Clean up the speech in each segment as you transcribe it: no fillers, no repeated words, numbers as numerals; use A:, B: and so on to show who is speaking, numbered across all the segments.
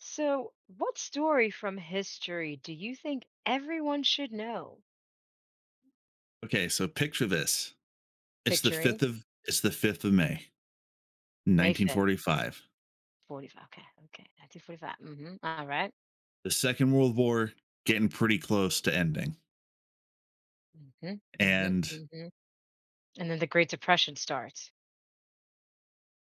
A: So, what story from history do you think everyone should know?
B: Okay, so picture this. It's the
A: Picturing
B: 5th of it's the 5th of May,
A: May 5th,
B: 1945.
A: 45. Okay, okay, 1945. Mm-hmm. All right.
B: The Second World War getting pretty close to ending.
A: Mm-hmm. Mm-hmm.
B: And
A: Mm-hmm. And then the Great Depression starts.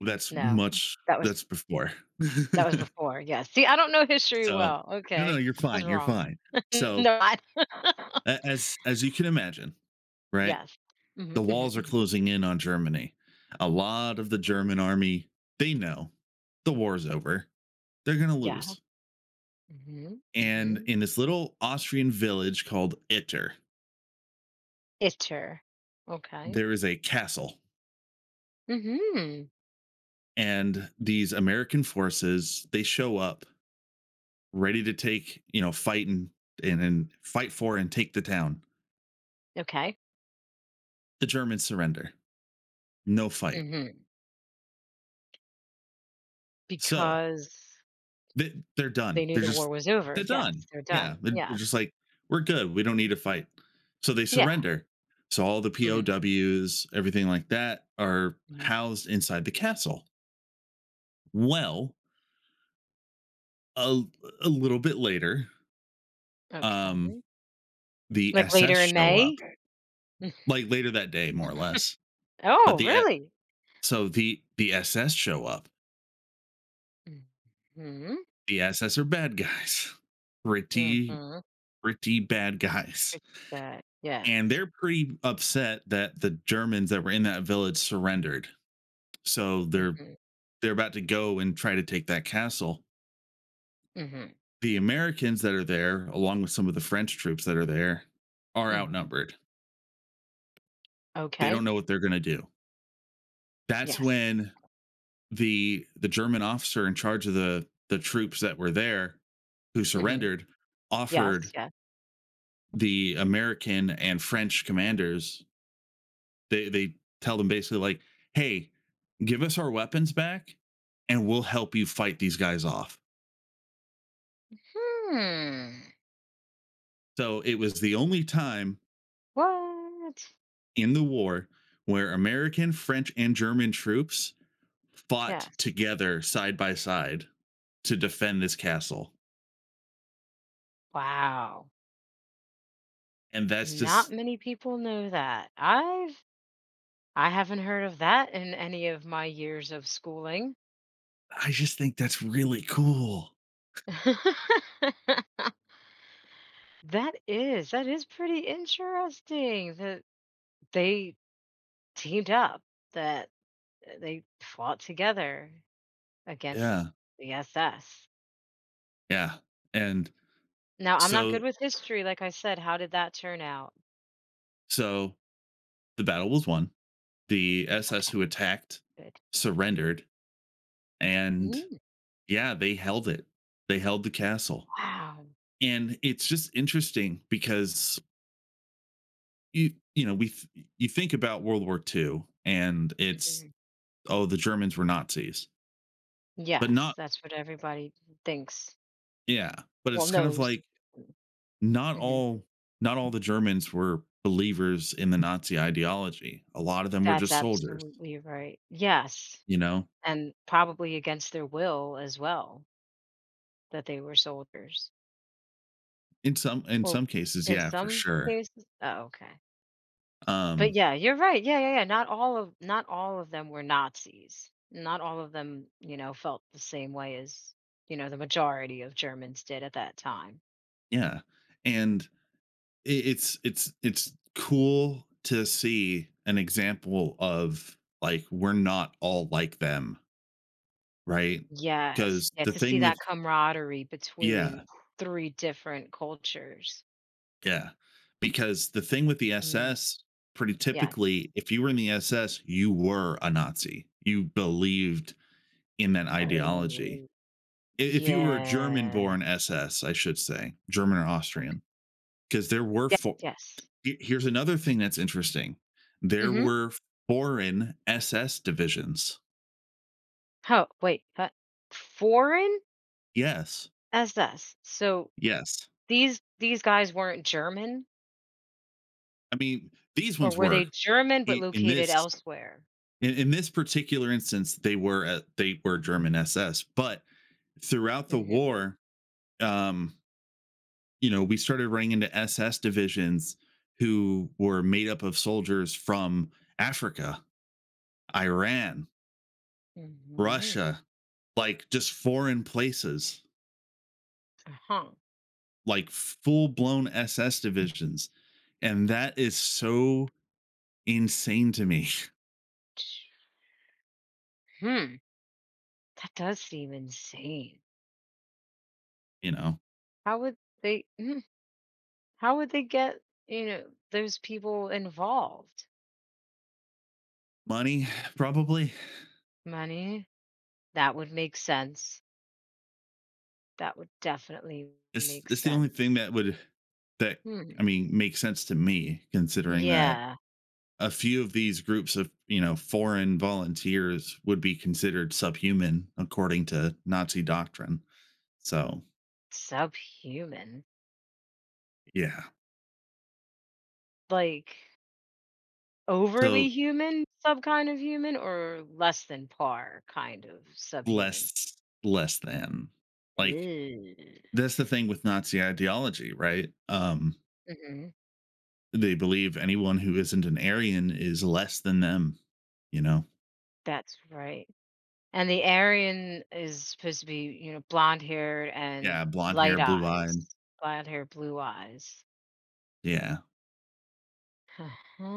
B: that's
A: No,
B: much
A: that was
B: that's before.
A: that was before. Yeah. See, I don't know history
B: so,
A: well.
B: no, no,
A: Okay,
B: you're
A: I was
B: fine. You're
A: wrong.
B: fine. So,
A: No, I.
B: as you can imagine, right?
A: Yes. Mm-hmm,
B: The walls
A: mm-hmm,
B: are
A: mm-hmm.
B: closing in on Germany. A lot of the
A: Okay.
B: German army, they know the war's over. They're going to
A: Yeah.
B: lose.
A: Mm-hmm.
B: And
A: Mm-hmm.
B: in this little Austrian village called Itter,
A: Itter. Okay.
B: there is a castle,
A: Mm-hmm.
B: and these American forces, they show up ready to take, fight, and fight for and take the town.
A: Okay.
B: The Germans surrender. No fight.
A: Mm-hmm.
B: So
A: Because
B: they're
A: they
B: done.
A: knew the war was over,
B: They're
A: yes,
B: done.
A: they're
B: Yeah,
A: done,
B: they're just
A: yes.
B: like, we're good. We don't need to fight. So they
A: Yeah,
B: surrender. So all the
A: mhm,
B: POWs, everything like that, are
A: mhm,
B: housed inside the castle. Well, a, a little bit later, um,
A: okay.
B: the
A: Like
B: SS
A: later in
B: show up,
A: May? Mm.
B: like later that day, more or less. But
A: Oh,
B: the e-
A: really?
B: so the SS show up.
A: Mhm,
B: The SS are bad guys, pretty
A: mhm,
B: pretty bad guys,
A: good to that, yes.
B: and they're pretty upset that the Germans that were in that village surrendered. So they're
A: Mhm,
B: they're about to go and try to take that castle.
A: mhm,
B: The Americans that are there, along with some of the French troops that are there, are
A: mhm,
B: outnumbered. They
A: okay,
B: don't know what they're going to do. That's
A: yes.
B: when the German officer in charge of the troops that were there who
A: Mhm,
B: surrendered
A: yes,
B: offered
A: yeah.
B: the American and French commanders, they tell them basically like, "Hey, give us our weapons back, and we'll help you fight these guys off."
A: Hmm,
B: So it was the only time
A: what?
B: in the war where American, French and German troops fought
A: Yes,
B: together side by side to defend this castle.
A: wow,
B: And that's
A: not
B: just
A: many people know that. I've I haven't heard of that in any of my years of schooling.
B: I just think that's really cool.
A: That is pretty interesting that they teamed up, that they fought together against
B: Yeah,
A: the SS.
B: yeah, and
A: Now, I'm not
B: so
A: good with history, like I said, how did that turn out?
B: so the battle was won. The SS
A: Okay,
B: who attacked
A: good. Mhm.
B: surrendered, and
A: Mm,
B: yeah, they held it. They held the castle,
A: wow.
B: and it's just interesting because you you know we th- you think about World War II and it's,
A: Mhm.
B: oh, the Germans were Nazis, but
A: Yes,
B: not.
A: that's what everybody thinks,
B: Yeah, but
A: well,
B: it's kind of
A: knows.
B: like not
A: Mhm.
B: all not all the Germans were believers in the Nazi ideology. A lot of them were
A: That's
B: just soldiers,
A: absolutely right. Yes,
B: you know.
A: and probably against their will as well, that they were soldiers.
B: In some in
A: Or
B: some cases,
A: in
B: yeah, for
A: some
B: sure.
A: cases? Oh, okay. But
B: Um,
A: yeah, you're right. Yeah, yeah, yeah. Not all of them were Nazis. Not all of them, you know, felt the same way as, you know, the majority of Germans did at that time.
B: yeah, and I it's cool to see an example of, like, we're not all like them, right?
A: Yes.
B: Because
A: Yeah,
B: the
A: to see
B: thing
A: that
B: with
A: camaraderie
B: Yeah,
A: between three different cultures.
B: yeah, because the thing with the
A: Mm,
B: SS, pretty
A: yeah.
B: typically, if you were in the SS, you were a Nazi. You believed in that ideology.
A: Oh,
B: I if you were a
A: yeah.
B: German-born SS, I should say, German or
A: Okay.
B: Austrian, because there were
A: Yes,
B: for
A: yes.
B: here's another thing that's interesting. There
A: Mm-hmm.
B: were foreign SS divisions.
A: Oh, wait. Huh? Foreign?
B: Yes.
A: SS. So
B: Yes.
A: These guys weren't German,
B: I mean, these
A: or
B: ones
A: were they
B: were,
A: German but
B: in, in
A: located
B: this
A: elsewhere?
B: in this particular instance, they were German SS, but throughout the
A: Mhm,
B: war, um we started running into SS divisions who were made up of soldiers from Africa, Iran,
A: mhm,
B: Russia, like just foreign places,
A: uh-huh.
B: like full blown SS divisions. And that is so insane to me.
A: Hmm, that does seem insane.
B: You know.
A: How would they mm, how would they get, you know, those people involved?
B: Money probably.
A: Money? That would make sense. That would definitely
B: It's
A: make
B: it's the only thing
A: sense.
B: that would that
A: Hmm.
B: I mean makes sense to me, considering that
A: Yeah,
B: a few of these groups of, foreign volunteers would be considered subhuman according to Nazi doctrine. So,
A: subhuman.
B: yeah.
A: Like
B: So
A: overly human, sub kind of human, or less than par kind of subhuman?
B: less less than like
A: Ooh.
B: That's the thing with Nazi ideology, right?
A: Mhm.
B: They believe anyone who isn't an Aryan is less than them, you know?
A: That's right. And the Aryan is supposed to be, you know, blonde-haired and
B: Yeah, blonde hair,
A: light
B: blue
A: eyes.
B: eyed.
A: Blonde hair, blue eyes.
B: Yeah.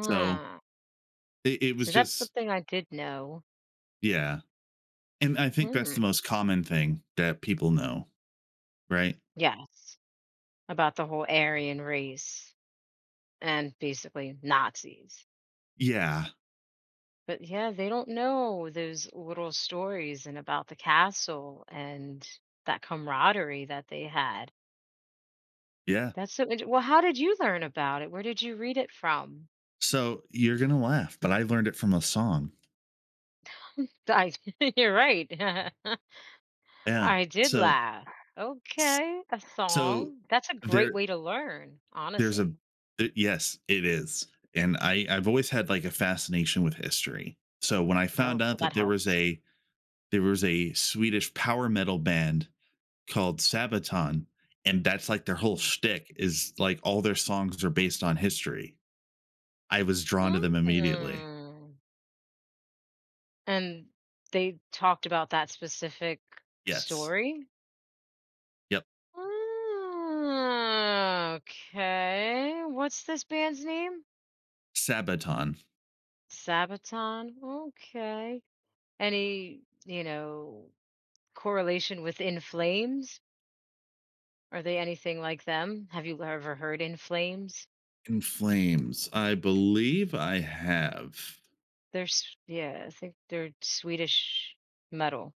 B: So it
A: So
B: was
A: that's
B: just,
A: something I did know.
B: yeah. And I think that's
A: Hmm.
B: the most common thing that people know, right?
A: Yes, about the whole Aryan race and basically Nazis.
B: Yeah.
A: But yeah, they don't know those little stories and about the castle and that camaraderie that they had.
B: Yeah.
A: That's so int well, how did you learn about it? Where did you read it from?
B: So you're gonna laugh, but I learned it from a song.
A: I you're right.
B: Yeah.
A: I did
B: So
A: laugh.
B: s-
A: Okay, a
B: so
A: song. That's a great
B: there
A: way to learn,
B: there's a
A: honestly.
B: th- Yes, it is. And I've always had like a fascination with history. So when I
A: Oh,
B: found
A: well,
B: out
A: that
B: that there was
A: helps.
B: a Swedish power metal band called Sabaton, and that's like their whole
A: Hmm.
B: shtick is like all their songs are based on history. I was drawn to them immediately.
A: Mm. And they talked about that specific
B: Yes.
A: story?
B: Yep.
A: Ah, okay. What's this band's name?
B: Sabaton.
A: Sabaton. Okay. Any, you know, correlation with In Flames? Are they anything like them? Have you ever heard In Flames?
B: In Flames. I believe I have.
A: Yeah, I think they're Swedish metal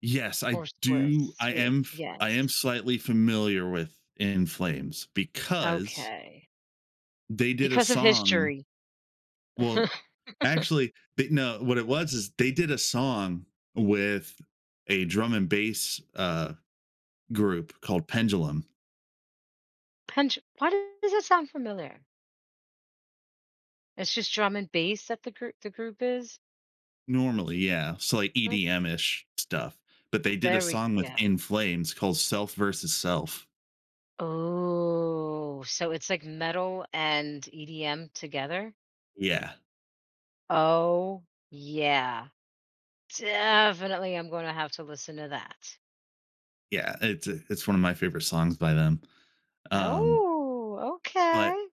B: Yes, I
A: or Swiss,
B: do. I
A: Swedish.
B: am
A: Yes.
B: I am slightly familiar with In Flames because
A: Okay.
B: they did a
A: Because of
B: song
A: history.
B: well, actually, they no, what it was is they did a song with a drum and bass, group called Pendulum.
A: Punch. Why does that sound familiar? It's just drum and bass that the group is.
B: Normally, yeah, so, like, EDM-ish stuff, but they did a
A: There we
B: song with
A: go.
B: In Flames called Self versus Self.
A: Oh, so it's like metal and EDM together?
B: Yeah,
A: Oh, yeah. Definitely, I'm gonna have to listen to that.
B: yeah, it's one of my favorite songs by them, um,
A: Oh,
B: but
A: okay.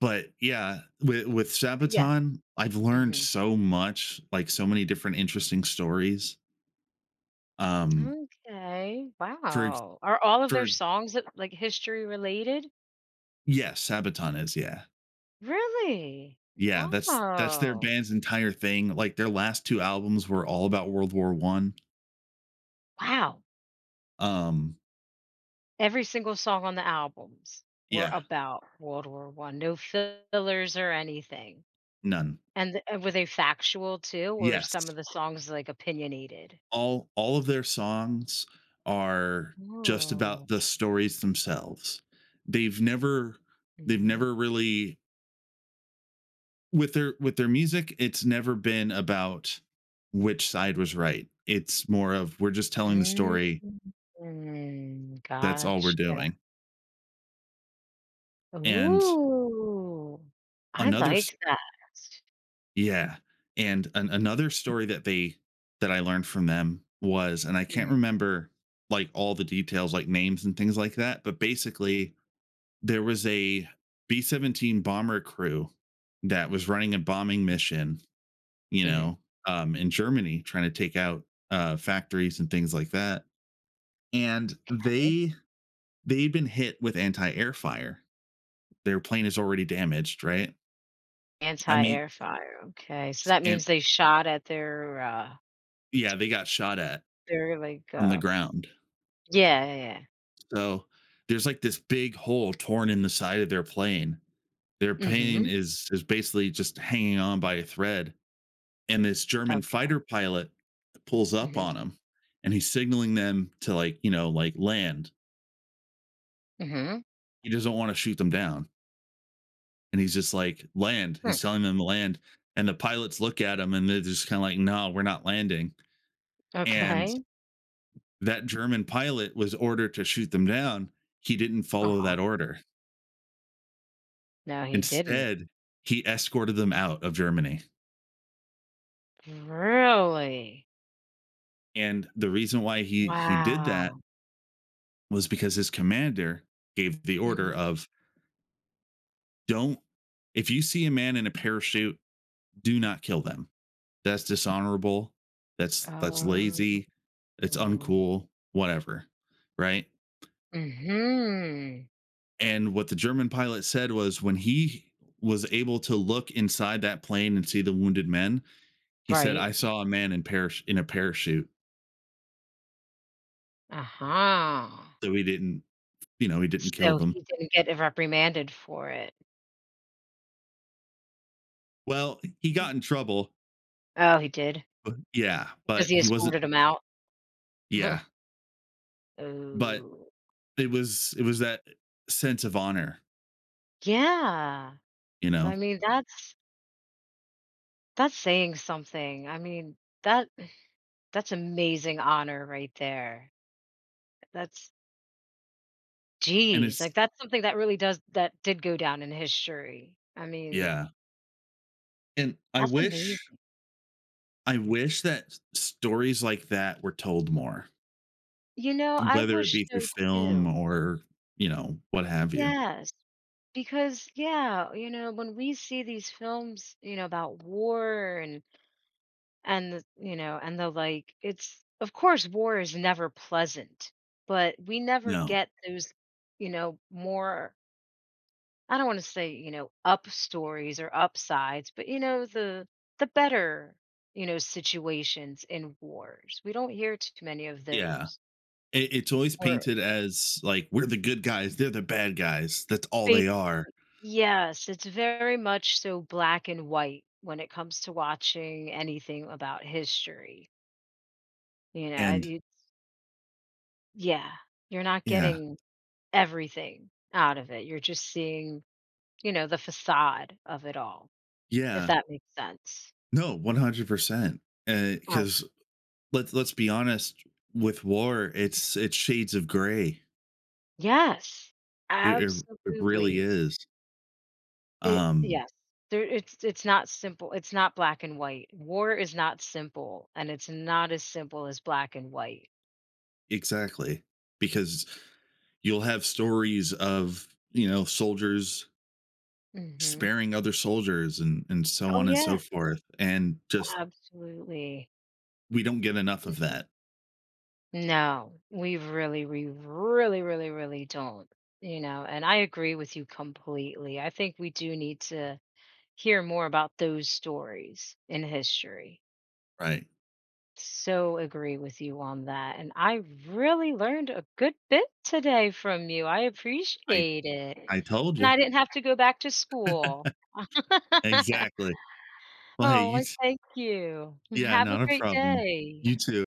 B: yeah, with
A: Yeah.
B: Sabaton, I've learned
A: Mhm.
B: so much, like, so many different interesting stories, um,
A: Okay.
B: for ex
A: Wow. Are all of their
B: for
A: songs that like history related?
B: yes, Sabaton is, yeah.
A: Really?
B: Yeah,
A: Oh,
B: that's their band's entire thing, like, their last two albums were all about World War I.
A: wow.
B: Um,
A: Every single song on the albums were
B: yeah,
A: about World War One. No fillers or anything.
B: none.
A: And the were they factual too, or
B: Yes,
A: some of the songs, like, opinionated?
B: all of their songs are just
A: Oh,
B: about the stories themselves. They've never they've
A: mhm.
B: never really, with their music, it's never been about which side was right. It's more of, "We're just telling the story,
A: Mm,
B: that's all we're
A: gotcha.
B: doing." And
A: Ooh, I
B: another
A: like that.
B: Yeah, and an another story that I learned from them was, and I can't
A: Mhm,
B: remember, like, all the details, like, names and things like that, but basically, there was a B-17 bomber crew that was running a bombing mission, you
A: mhm.
B: know, in Germany trying to take out, factories and things like that, and
A: Okay.
B: they'd been hit with anti-air fire. Their plane is already damaged, right? I mean,
A: Anti-air fryer, okay, so
B: s
A: that means
B: and
A: they shot at
B: yeah, they got shot at
A: their,
B: from the ground.
A: yeah, yeah, yeah.
B: So there's like this big hole torn in the side of their plane. Their plane
A: Mhm,
B: is basically just hanging on by a thread. And this German
A: okay,
B: fighter pilot pulls up
A: mhm,
B: on them, and he's signaling them to, like, like, land.
A: mhm,
B: He doesn't want to shoot them down. And he's just like, land.
A: hmm,
B: He's telling them to land. And the pilots look at him and they're just kind of like, no, we're not landing. And
A: okay,
B: that German pilot was ordered to shoot them down. He didn't follow
A: uh-huh.
B: that order.
A: No, he didn't.
B: Instead, he escorted them out of Germany.
A: Really?
B: And the reason why he did that
A: Wow.
B: was because his commander gave the
A: Mhm.
B: order of, don't, if you see a man in a parachute, do not kill them. That's dishonorable. That's
A: Oh.
B: lazy. It's uncool, whatever. Right?
A: Mhm.
B: And what the German pilot said was, when he was able to look inside that plane and see the wounded men, he said,
A: Right.
B: I saw a man in parish in a parachute.
A: Uh-huh.
B: So he didn't, you know, he didn't kill
A: So
B: them.
A: he didn't get reprimanded for it.
B: Well, he
A: Mm.
B: got in trouble,
A: Oh, he did?
B: but yeah,
A: Because
B: but
A: he
B: he wasn't,
A: escorted him out?
B: yeah, but
A: Oh.
B: it was that sense of honor,
A: Yeah.
B: you know?
A: I mean, that's saying something. I mean, that that's amazing honor right there. That's
B: And
A: geez,
B: it's
A: like, that's something that really does that did go down in history. I mean,
B: yeah, and I
A: that's
B: wish
A: amazing.
B: I wish that s stories like that were told more,
A: You know, I
B: whether it
A: wish
B: be through
A: so
B: film
A: too.
B: or, you know, what have you.
A: Yes. Because yeah, you know, when we see these films, you know, about war and the, you know, and the like, it's of course war is never pleasant, but we never
B: No.
A: get those, you know, more I don't want to say, you know, up stories or upsides, but you know, the better, you know, situations in wars. We don't hear too many of
B: Yeah.
A: those
B: It's always
A: or
B: painted as, like, "We're the good guys, they're the bad guys, that's all they are,"
A: yes, it's very much so black and white when it comes to watching anything about history. You know,
B: and
A: it's, yeah, you're not
B: yeah,
A: getting everything out of it. You're just seeing, you know, the facade of it all, if
B: yeah.
A: that makes sense.
B: No, 100%, eh,
A: Oh,
B: because. Let's be honest. With war,
A: mm,
B: it's shades of gray.
A: yes,
B: It, it, it really
A: absolutely.
B: is.
A: It
B: um
A: yes. There, it's not simple. It's not black and white. War is not simple, and it's not as simple as black and white.
B: exactly, because you'll have stories of, soldiers
A: Hmm.
B: sparing other soldiers, and so
A: Oh
B: on and
A: yeah.
B: so forth, and just,
A: Absolutely.
B: we don't get enough of that.
A: No, we really, really, really don't, you know, and I agree with you completely. I think we do need to hear more about those stories in history.
B: Right.
A: So agree with you on that. And I really learned a good bit today from you. I
B: i
A: appreciate it.
B: i told
A: And
B: you.
A: I didn't have to go back to school.
B: Exactly. Well, hey,
A: Oh, I thank you.
B: yeah,
A: Have a
B: not a
A: great
B: problem.
A: day.
B: You too.